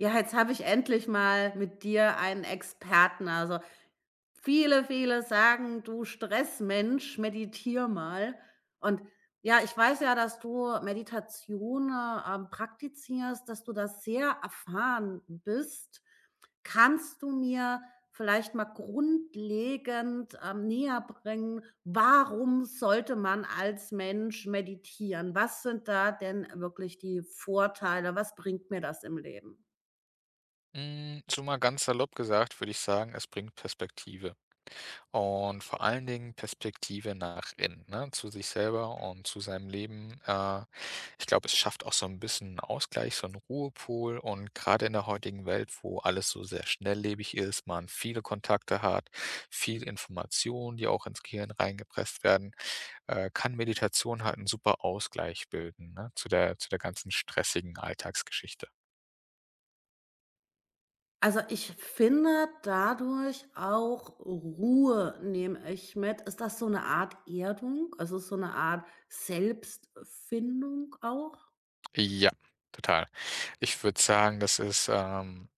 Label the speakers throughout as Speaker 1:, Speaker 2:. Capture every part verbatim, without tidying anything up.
Speaker 1: Ja, jetzt habe ich endlich mal mit dir einen Experten. Also, viele, viele sagen: „Du Stressmensch, meditiere mal.“ Und ja, ich weiß ja, dass du Meditation, äh, ähm, praktizierst, dass du das sehr erfahren bist. Kannst du mir vielleicht mal grundlegend, ähm, näherbringen, warum sollte man als Mensch meditieren? Was sind da denn wirklich die Vorteile? Was bringt mir das im Leben?
Speaker 2: Hm, so mal ganz salopp gesagt, würde ich sagen, es bringt Perspektive und vor allen Dingen Perspektive nach innen, ne, zu sich selber und zu seinem Leben. Äh, ich glaube, es schafft auch so ein bisschen 'n Ausgleich, so einen Ruhepol, und gerade in der heutigen Welt, wo alles so sehr schnelllebig ist, man viele Kontakte hat, viel Information, die auch ins Gehirn reingepresst werden, äh, kann Meditation halt einen super Ausgleich bilden, ne, zu der zu der ganzen stressigen Alltagsgeschichte.
Speaker 1: Also, ich finde dadurch auch Ruhe nehme ich mit. Ist das so eine Art Erdung? Also, so eine Art Selbstfindung auch?
Speaker 2: Ja, total. Ich würde sagen, das ist, ähm,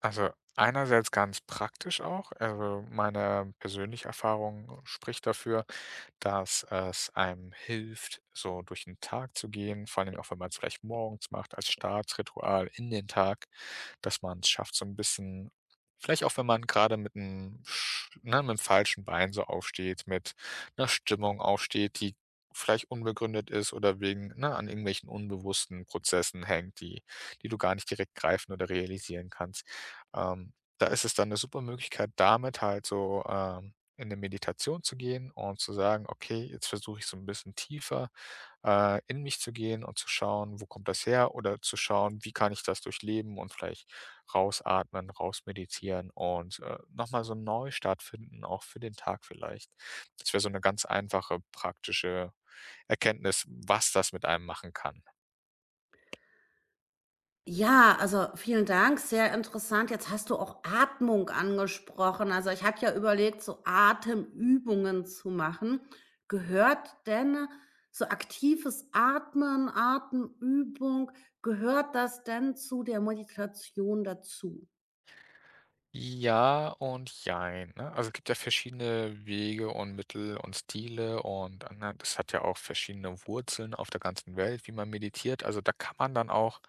Speaker 2: also einerseits ganz praktisch auch. Also meine persönliche Erfahrung spricht dafür, dass es einem hilft, so durch den Tag zu gehen, vor allem auch, wenn man es vielleicht morgens macht als Startsritual in den Tag, dass man es schafft, so ein bisschen vielleicht auch, wenn man gerade mit einem sch ne, mit'm falschen Bein so aufsteht, mit einer Stimmung aufsteht, die vielleicht unbegründet ist oder wegen ne, an irgendwelchen unbewussten Prozessen hängt, die die du gar nicht direkt greifen oder realisieren kannst. Ähm, da ist es dann eine super Möglichkeit, damit halt so, ähm in eine Meditation zu gehen und zu sagen: „Okay, jetzt versuche ich so ein bisschen tiefer, äh, in mich zu gehen und zu schauen, wo kommt das her?“ Oder zu schauen, wie kann ich das durchleben und vielleicht rausatmen, rausmeditieren und, äh, noch mal so 'n Neustart finden, auch für den Tag vielleicht. Das wäre so eine ganz einfache, praktische Erkenntnis, was das mit einem machen kann.
Speaker 1: Ja, also, vielen Dank, sehr interessant. Jetzt hast du auch Atmung angesprochen. Also, ich hatte ja überlegt, so Atemübungen zu machen. Gehört denn so aktives Atmen, Atemübung gehört das denn zu der Meditation dazu?
Speaker 2: Ja und jein, ne? Also, es gibt ja verschiedene Wege und Mittel und Stile und, äh, ne, das hat ja auch verschiedene Wurzeln auf der ganzen Welt, wie man meditiert. Also, da kann man dann auch,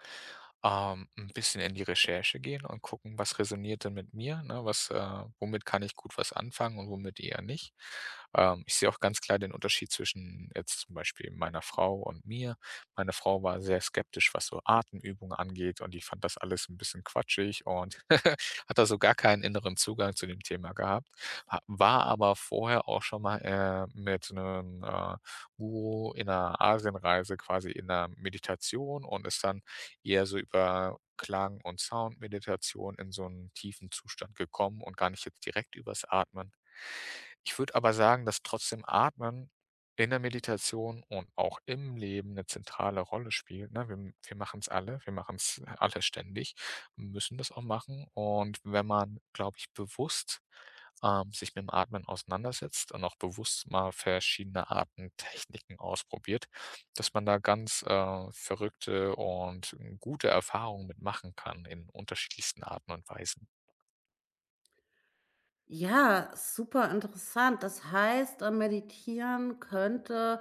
Speaker 2: ähm, 'n bisschen in die Recherche gehen und gucken, was resoniert denn mit mir, ne? Was, äh womit kann ich gut was anfangen und womit eher nicht. Ähm, ich sehe auch ganz klar den Unterschied zwischen jetzt zum Beispiel meiner Frau und mir. Meine Frau war sehr skeptisch, was so Atemübungen angeht, und die fand das alles ein bisschen quatschig und hat also gar keinen inneren Zugang zu dem Thema gehabt, ha war aber vorher auch schon mal, äh, mit einem äh, Guru in einer Asienreise quasi in einer Meditation und ist dann eher so über Klang und Soundmeditation in so einen tiefen Zustand gekommen und gar nicht jetzt direkt übers Atmen. Ich würde aber sagen, dass trotzdem Atmen in der Meditation und auch im Leben eine zentrale Rolle spielt, ne? Wir m wir machen's alle, wir machen es alle ständig, müssen das auch machen. Und wenn man, glaube ich, bewusst, ähm, sich mit dem Atmen auseinandersetzt und auch bewusst mal verschiedene Arten Techniken ausprobiert, dass man da ganz, äh, verrückte und äh, gute Erfahrungen mit machen kann in unterschiedlichsten Arten und Weisen.
Speaker 1: Ja, super interessant. Das heißt, äh, Meditieren könnte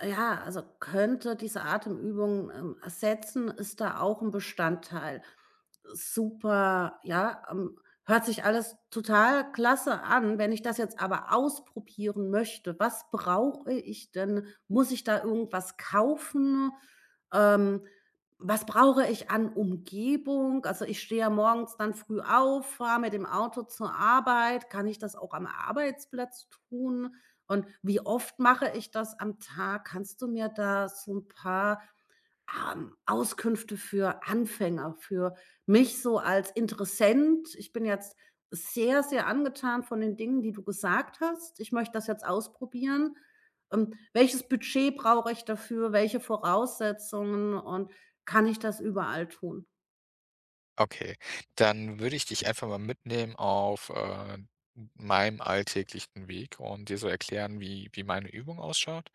Speaker 1: äh, ja, also könnte diese Atemübung, ähm, ersetzen. Ist da auch ein Bestandteil? Super, ja, ähm, hört sich alles total klasse an. Wenn ich das jetzt aber ausprobieren möchte, was brauche ich denn? Muss ich da irgendwas kaufen? Ähm, Was brauche ich an Umgebung? Also ich stehe ja morgens dann früh auf, fahre mit dem Auto zur Arbeit. Kann ich das auch am Arbeitsplatz tun? Und wie oft mache ich das am Tag? Kannst du mir da so ein paar ähm, Auskünfte für Anfänger, für mich so als Interessent. Ich bin jetzt sehr, sehr angetan von den Dingen, die du gesagt hast. Ich möchte das jetzt ausprobieren. Ähm, welches Budget brauche ich dafür? Welche Voraussetzungen und kann ich das überall tun?
Speaker 2: Okay, dann würde ich dich einfach mal mitnehmen auf, äh, meinem alltäglichen Weg und dir so erklären, wie wie meine Übung ausschaut,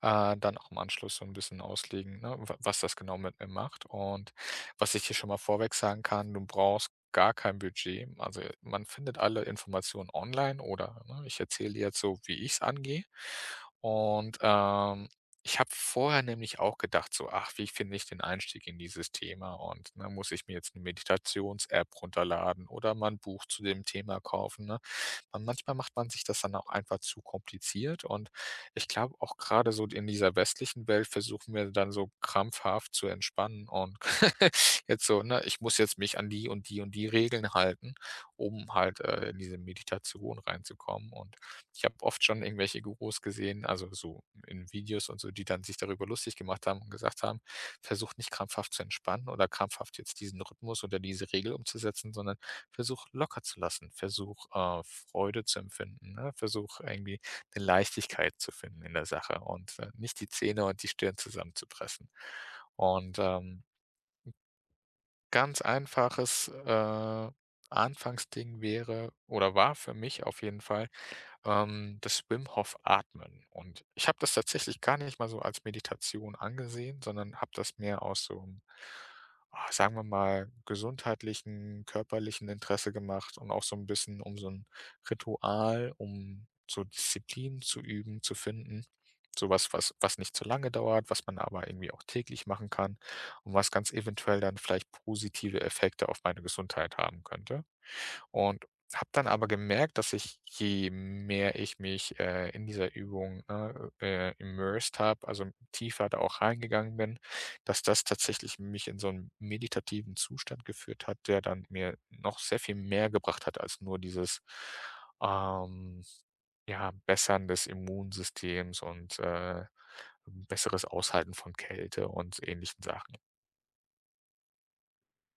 Speaker 2: äh, dann auch im Anschluss so ein bisschen auslegen, ne, wa was das genau mit mir macht. Und was ich hier schon mal vorweg sagen kann, du brauchst gar kein Budget. Also, man findet alle Informationen online oder, ne, ich erzähle jetzt so, wie ich es angehe. Und, ähm, ich habe vorher nämlich auch gedacht so: „Ach, wie finde ich den Einstieg in dieses Thema?“ Und, ne, muss ich mir jetzt eine Meditations-App runterladen oder mal ein Buch zu dem Thema kaufen, ne? Man manchmal macht man sich das dann auch einfach zu kompliziert, und ich glaube auch gerade so in dieser westlichen Welt versuchen wir dann so krampfhaft zu entspannen und jetzt so, ne, ich muss jetzt mich an die und die und die Regeln halten, um halt, äh, in diese Meditation reinzukommen. Und ich habe oft schon irgendwelche Gurus gesehen, also so in Videos und so, die dann sich darüber lustig gemacht haben und gesagt haben: „Versucht nicht krampfhaft zu entspannen oder krampfhaft jetzt diesen Rhythmus oder diese Regel umzusetzen, sondern versuch locker zu lassen. Versuch, äh, Freude zu empfinden, ne? Versuch irgendwie eine Leichtigkeit zu finden in der Sache und, äh, nicht die Zähne und die Stirn zusammenzupressen. Und, ähm, ganz einfaches, äh, Anfangsding wäre oder war für mich auf jeden Fall, ähm, das Wim Hof Atmen. Und ich habe das tatsächlich gar nicht mal so als Meditation angesehen, sondern habe das mehr aus so einem, ah, sagen wir mal, gesundheitlichen, körperlichen Interesse gemacht und auch so ein bisschen um so ein Ritual, um so Disziplin zu üben, zu finden. Sowas, was was nicht zu lange dauert, was man aber irgendwie auch täglich machen kann und was ganz eventuell dann vielleicht positive Effekte auf meine Gesundheit haben könnte. Und habe dann aber gemerkt, dass ich, je mehr ich mich, äh, in dieser Übung, ne, äh, immersed habe, also tiefer da auch reingegangen bin, dass das tatsächlich mich in so einen meditativen Zustand geführt hat, der dann mir noch sehr viel mehr gebracht hat als nur dieses, ähm, ja, Bessern des Immunsystems und, äh, besseres Aushalten von Kälte und ähnlichen Sachen.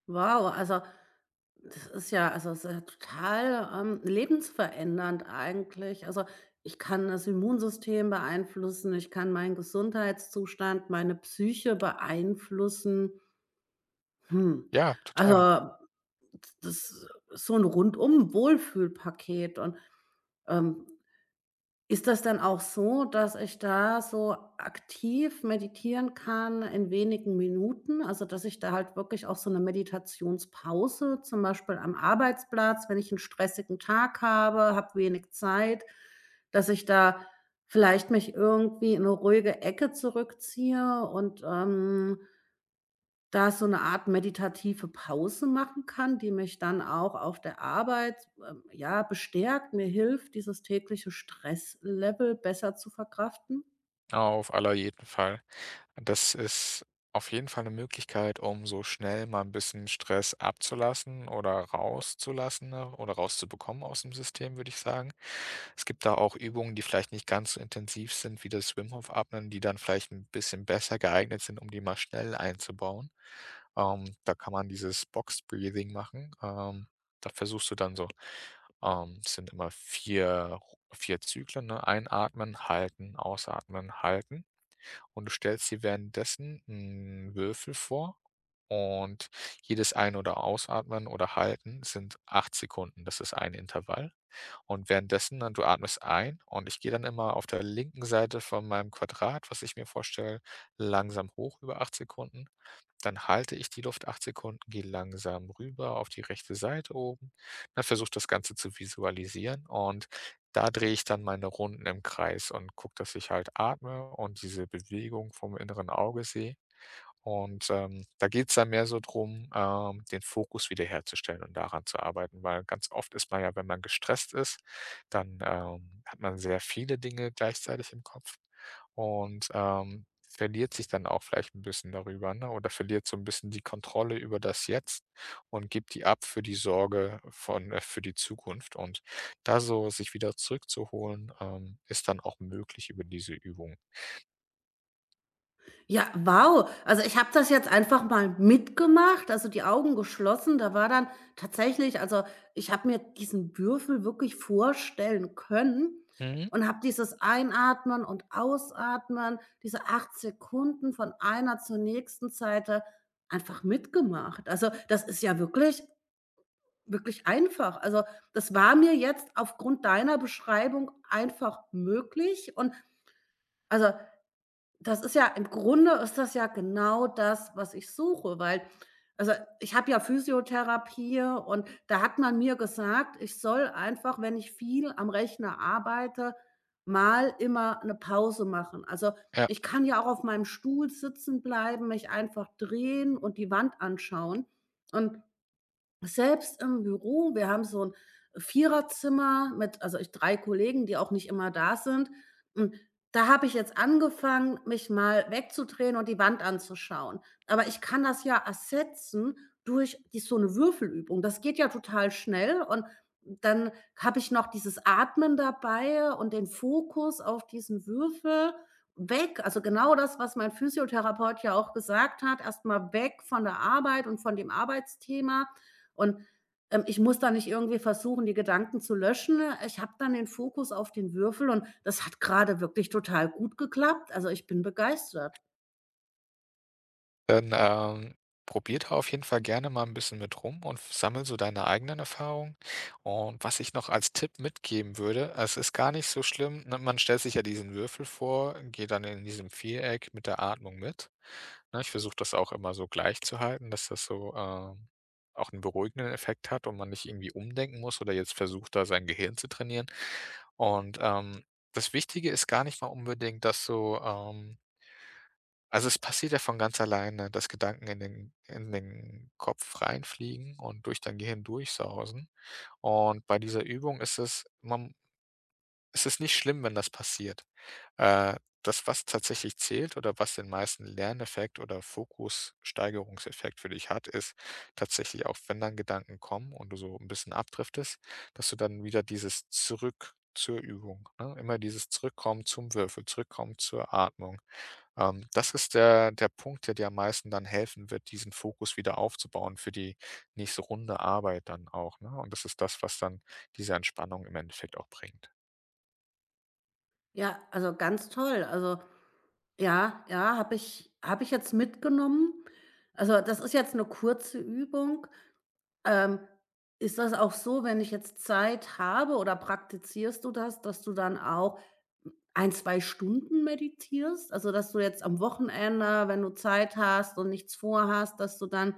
Speaker 1: Wow, also, das ist ja, also, es ist ja total, ähm, lebensverändernd eigentlich. Also, ich kann das Immunsystem beeinflussen, ich kann meinen Gesundheitszustand, meine Psyche beeinflussen. Hm,
Speaker 2: Ja, total.
Speaker 1: also, das ist so ein rundum Wohlfühlpaket und, ähm, ist das dann auch so, dass ich da so aktiv meditieren kann in wenigen Minuten? Also, dass ich da halt wirklich auch so eine Meditationspause, zum Beispiel am Arbeitsplatz, wenn ich einen stressigen Tag habe, habe wenig Zeit, dass ich da vielleicht mich irgendwie in eine ruhige Ecke zurückziehe und, ähm, da ich so 'ne Art meditative Pause machen kann, die mich dann auch auf der Arbeit, ähm, ja, bestärkt, mir hilft, dieses tägliche Stresslevel besser zu verkraften.
Speaker 2: Auf aller jeden Fall. Das ist auf jeden Fall eine Möglichkeit, um so schnell mal ein bisschen Stress abzulassen oder rauszulassen au oder rauszubekommen aus dem System, würde ich sagen. Es gibt da auch Übungen, die vielleicht nicht ganz so intensiv sind wie das Wim Hof Atmen, die dann vielleicht ein bisschen besser geeignet sind, um die mal schnell einzubauen. Ähm, da kann man dieses Box Breathing machen. Ähm, da versuchst du dann so, ähm, es sind immer vier vier Zyklen, ne? Einatmen, halten, ausatmen, halten. Und du stellst dir währenddessen 'n Würfel vor, und jedes Ein oder Ausatmen oder Halten sind acht Sekunden. Das ist ein Intervall. Und währenddessen dann du atmest ein, und ich gehe dann immer auf der linken Seite von meinem Quadrat, was ich mir vorstelle, langsam hoch über acht Sekunden, dann halte ich die Luft acht Sekunden, gehe langsam rüber auf die rechte Seite oben, dann versuche das Ganze zu visualisieren, und da drehe ich dann meine Runden im Kreis und gucke, dass ich halt atme und diese Bewegung vom inneren Auge sehe. Und, ähm, da geht's dann mehr so drum, ähm, den Fokus wiederherzustellen und daran zu arbeiten, weil ganz oft ist man ja, wenn man gestresst ist, dann, ähm, hat man sehr viele Dinge gleichzeitig im Kopf und, ähm, verliert sich dann auch vielleicht ein bisschen darüber, ne, oder verliert so ein bisschen die Kontrolle über das Jetzt und gibt die ab für die Sorge von äh, für die Zukunft. Und da so sich wieder zurückzuholen, ähm, ist dann auch möglich über diese Übung.
Speaker 1: Ja, wow. Also, ich habe das jetzt einfach mal mitgemacht, also, die Augen geschlossen. Da war dann tatsächlich, also, ich habe mir diesen Würfel wirklich vorstellen können
Speaker 2: Mhm.
Speaker 1: und habe dieses Einatmen und Ausatmen, diese acht Sekunden von einer zur nächsten Seite einfach mitgemacht. Also, das ist ja wirklich wirklich einfach. Also, das war mir jetzt aufgrund deiner Beschreibung einfach möglich und, also, das ist ja im Grunde, ist das ja genau das, was ich suche, weil, also, ich habe ja Physiotherapie und da hat man mir gesagt, ich soll einfach, wenn ich viel am Rechner arbeite, mal immer 'ne Pause machen. Also,
Speaker 2: Ja.
Speaker 1: ich kann ja auch auf meinem Stuhl sitzen bleiben, mich einfach drehen und die Wand anschauen. Und selbst im Büro, wir haben so ein Viererzimmer mit, also, ich drei Kollegen, die auch nicht immer da sind. Hm, da habe ich jetzt angefangen, mich mal wegzudrehen und die Wand anzuschauen. Aber ich kann das ja ersetzen durch die so eine Würfelübung. Das geht ja total schnell und dann habe ich noch dieses Atmen dabei und den Fokus auf diesen Würfel. Weg, also, genau das, was mein Physiotherapeut ja auch gesagt hat, erstmal weg von der Arbeit und von dem Arbeitsthema und, ähm, ich muss da nicht irgendwie versuchen, die Gedanken zu löschen. Ich habe dann den Fokus auf den Würfel und das hat gerade wirklich total gut geklappt. Also, ich bin begeistert.
Speaker 2: Dann, ähm, probier da auf jeden Fall gerne mal ein bisschen mit rum und sammel so deine eigenen Erfahrungen. Und was ich noch als Tipp mitgeben würde, es ist gar nicht so schlimm, ne, man stellt sich ja diesen Würfel vor, geht dann in diesem Viereck mit der Atmung mit. Ne, ich versuche das auch immer so gleich zu halten, dass das so, ähm, auch einen beruhigenden Effekt hat und man nicht irgendwie umdenken muss oder jetzt versucht, da sein Gehirn zu trainieren. Und, ähm, das Wichtige ist gar nicht mal unbedingt, dass du, ähm also, es passiert ja von ganz alleine, dass Gedanken in den in den Kopf reinfliegen und durch dein Gehirn durchsausen. Und bei dieser Übung ist es man es ist nicht schlimm, wenn das passiert. Äh, Das, was tatsächlich zählt oder was den meisten Lerneffekt oder Fokussteigerungseffekt für dich hat, ist tatsächlich auch, wenn dann Gedanken kommen und du so ein bisschen abdriftest, dass du dann wieder dieses Zurück zur Übung, ne? Immer dieses Zurückkommen zum Würfel, Zurückkommen zur Atmung, ähm, das ist der der Punkt, der dir am meisten dann helfen wird, diesen Fokus wieder aufzubauen für die nächste Runde Arbeit dann auch, ne? Und das ist das, was dann diese Entspannung im Endeffekt auch bringt.
Speaker 1: Ja, also, ganz toll. Also, ja, ja, habe ich habe ich jetzt mitgenommen. Also, das ist jetzt eine kurze Übung. Ähm, Ist das auch so, wenn ich jetzt Zeit habe oder praktizierst du das, dass du dann auch ein, zwei Stunden meditierst? Also, dass du jetzt am Wochenende, wenn du Zeit hast und nichts vorhast, dass du dann,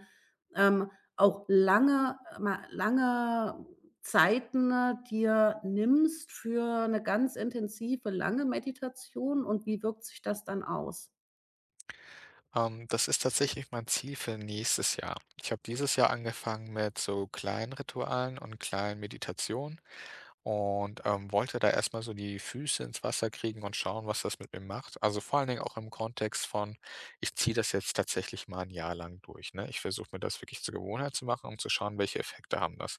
Speaker 1: ähm, auch lange äh, mal lange Zeiten äh, dir nimmst für eine ganz intensive, lange Meditation und wie wirkt sich das dann aus?
Speaker 2: Ähm, das ist tatsächlich mein Ziel für nächstes Jahr. Ich habe dieses Jahr angefangen mit so kleinen Ritualen und kleinen Meditationen, und, ähm, wollte da erstmal so die Füße ins Wasser kriegen und schauen, was das mit mir macht. Also, vor allen Dingen auch im Kontext von: „Ich ziehe das jetzt tatsächlich mal ein Jahr lang durch“, ne? Ich versuche mir das wirklich zur Gewohnheit zu machen, um zu schauen, welche Effekte haben das.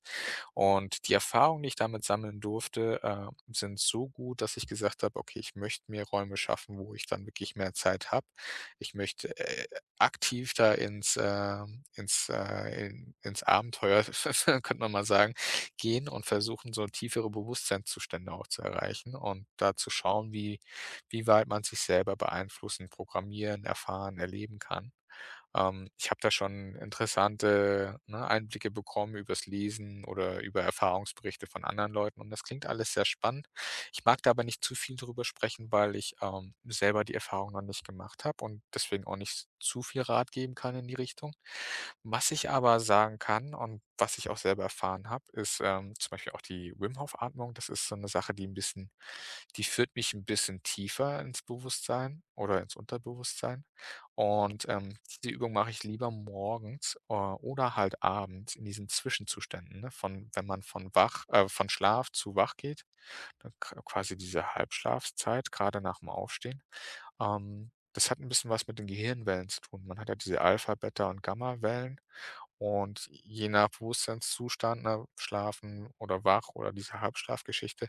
Speaker 2: Und die Erfahrungen, die ich damit sammeln durfte, äh, sind so gut, dass ich gesagt habe: „Okay, ich möchte mir Räume schaffen, wo ich dann wirklich mehr Zeit habe. Ich möchte, äh, aktiv da ins, ähm ins, äh in ins Abenteuer, könnte man mal sagen, gehen und versuchen, so tiefere Bewusstseinszustände auch zu erreichen und da zu schauen, wie wie weit man sich selber beeinflussen, programmieren, erfahren, erleben kann. Ähm, ich habe da schon interessante, ne, Einblicke bekommen übers Lesen oder über Erfahrungsberichte von anderen Leuten, und das klingt alles sehr spannend. Ich mag da aber nicht zu viel drüber sprechen, weil ich, ähm, selber die Erfahrung noch nicht gemacht habe und deswegen auch nicht zu viel Rat geben kann in die Richtung. Was ich aber sagen kann und was ich auch selber erfahren habe, ist, ähm, zum Beispiel auch die Wim Hof Atmung. Das ist so eine Sache, die 'n bisschen die führt mich ein bisschen tiefer ins Bewusstsein oder ins Unterbewusstsein. Und, ähm, diese Übung mache ich lieber morgens, äh, oder halt abends in diesen Zwischenzuständen, ne, von wenn man von wach äh, von Schlaf zu wach geht, dann qu quasi diese Halbschlafszeit gerade nach dem Aufstehen. Ähm, das hat ein bisschen was mit den Gehirnwellen zu tun. Man hat ja diese Alpha, Beta und Gamma-Wellen, und je nach Bewusstseinszustand, ne, schlafen oder wach oder diese Halbschlafgeschichte,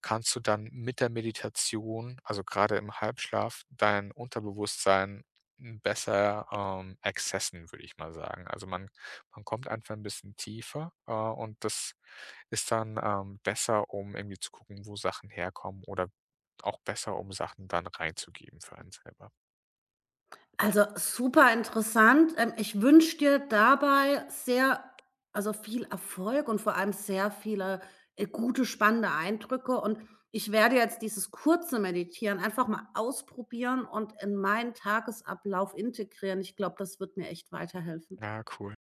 Speaker 2: kannst du dann mit der Meditation, also gerade im Halbschlaf, dein Unterbewusstsein hm, besser, ähm, accessen, würde ich mal sagen. Also, man man kommt einfach ein bisschen tiefer, äh, und das ist dann, ähm, besser, um irgendwie zu gucken, wo Sachen herkommen oder auch besser, um Sachen dann reinzugeben für einen selber.
Speaker 1: Also, super interessant. Ähm, ich wünsche dir dabei sehr, also, viel Erfolg und vor allem sehr viele, äh, gute, spannende Eindrücke und ich werde jetzt dieses kurze Meditieren einfach mal ausprobieren und in meinen Tagesablauf integrieren. Ich glaube, das wird mir echt weiterhelfen.
Speaker 2: Ah, cool.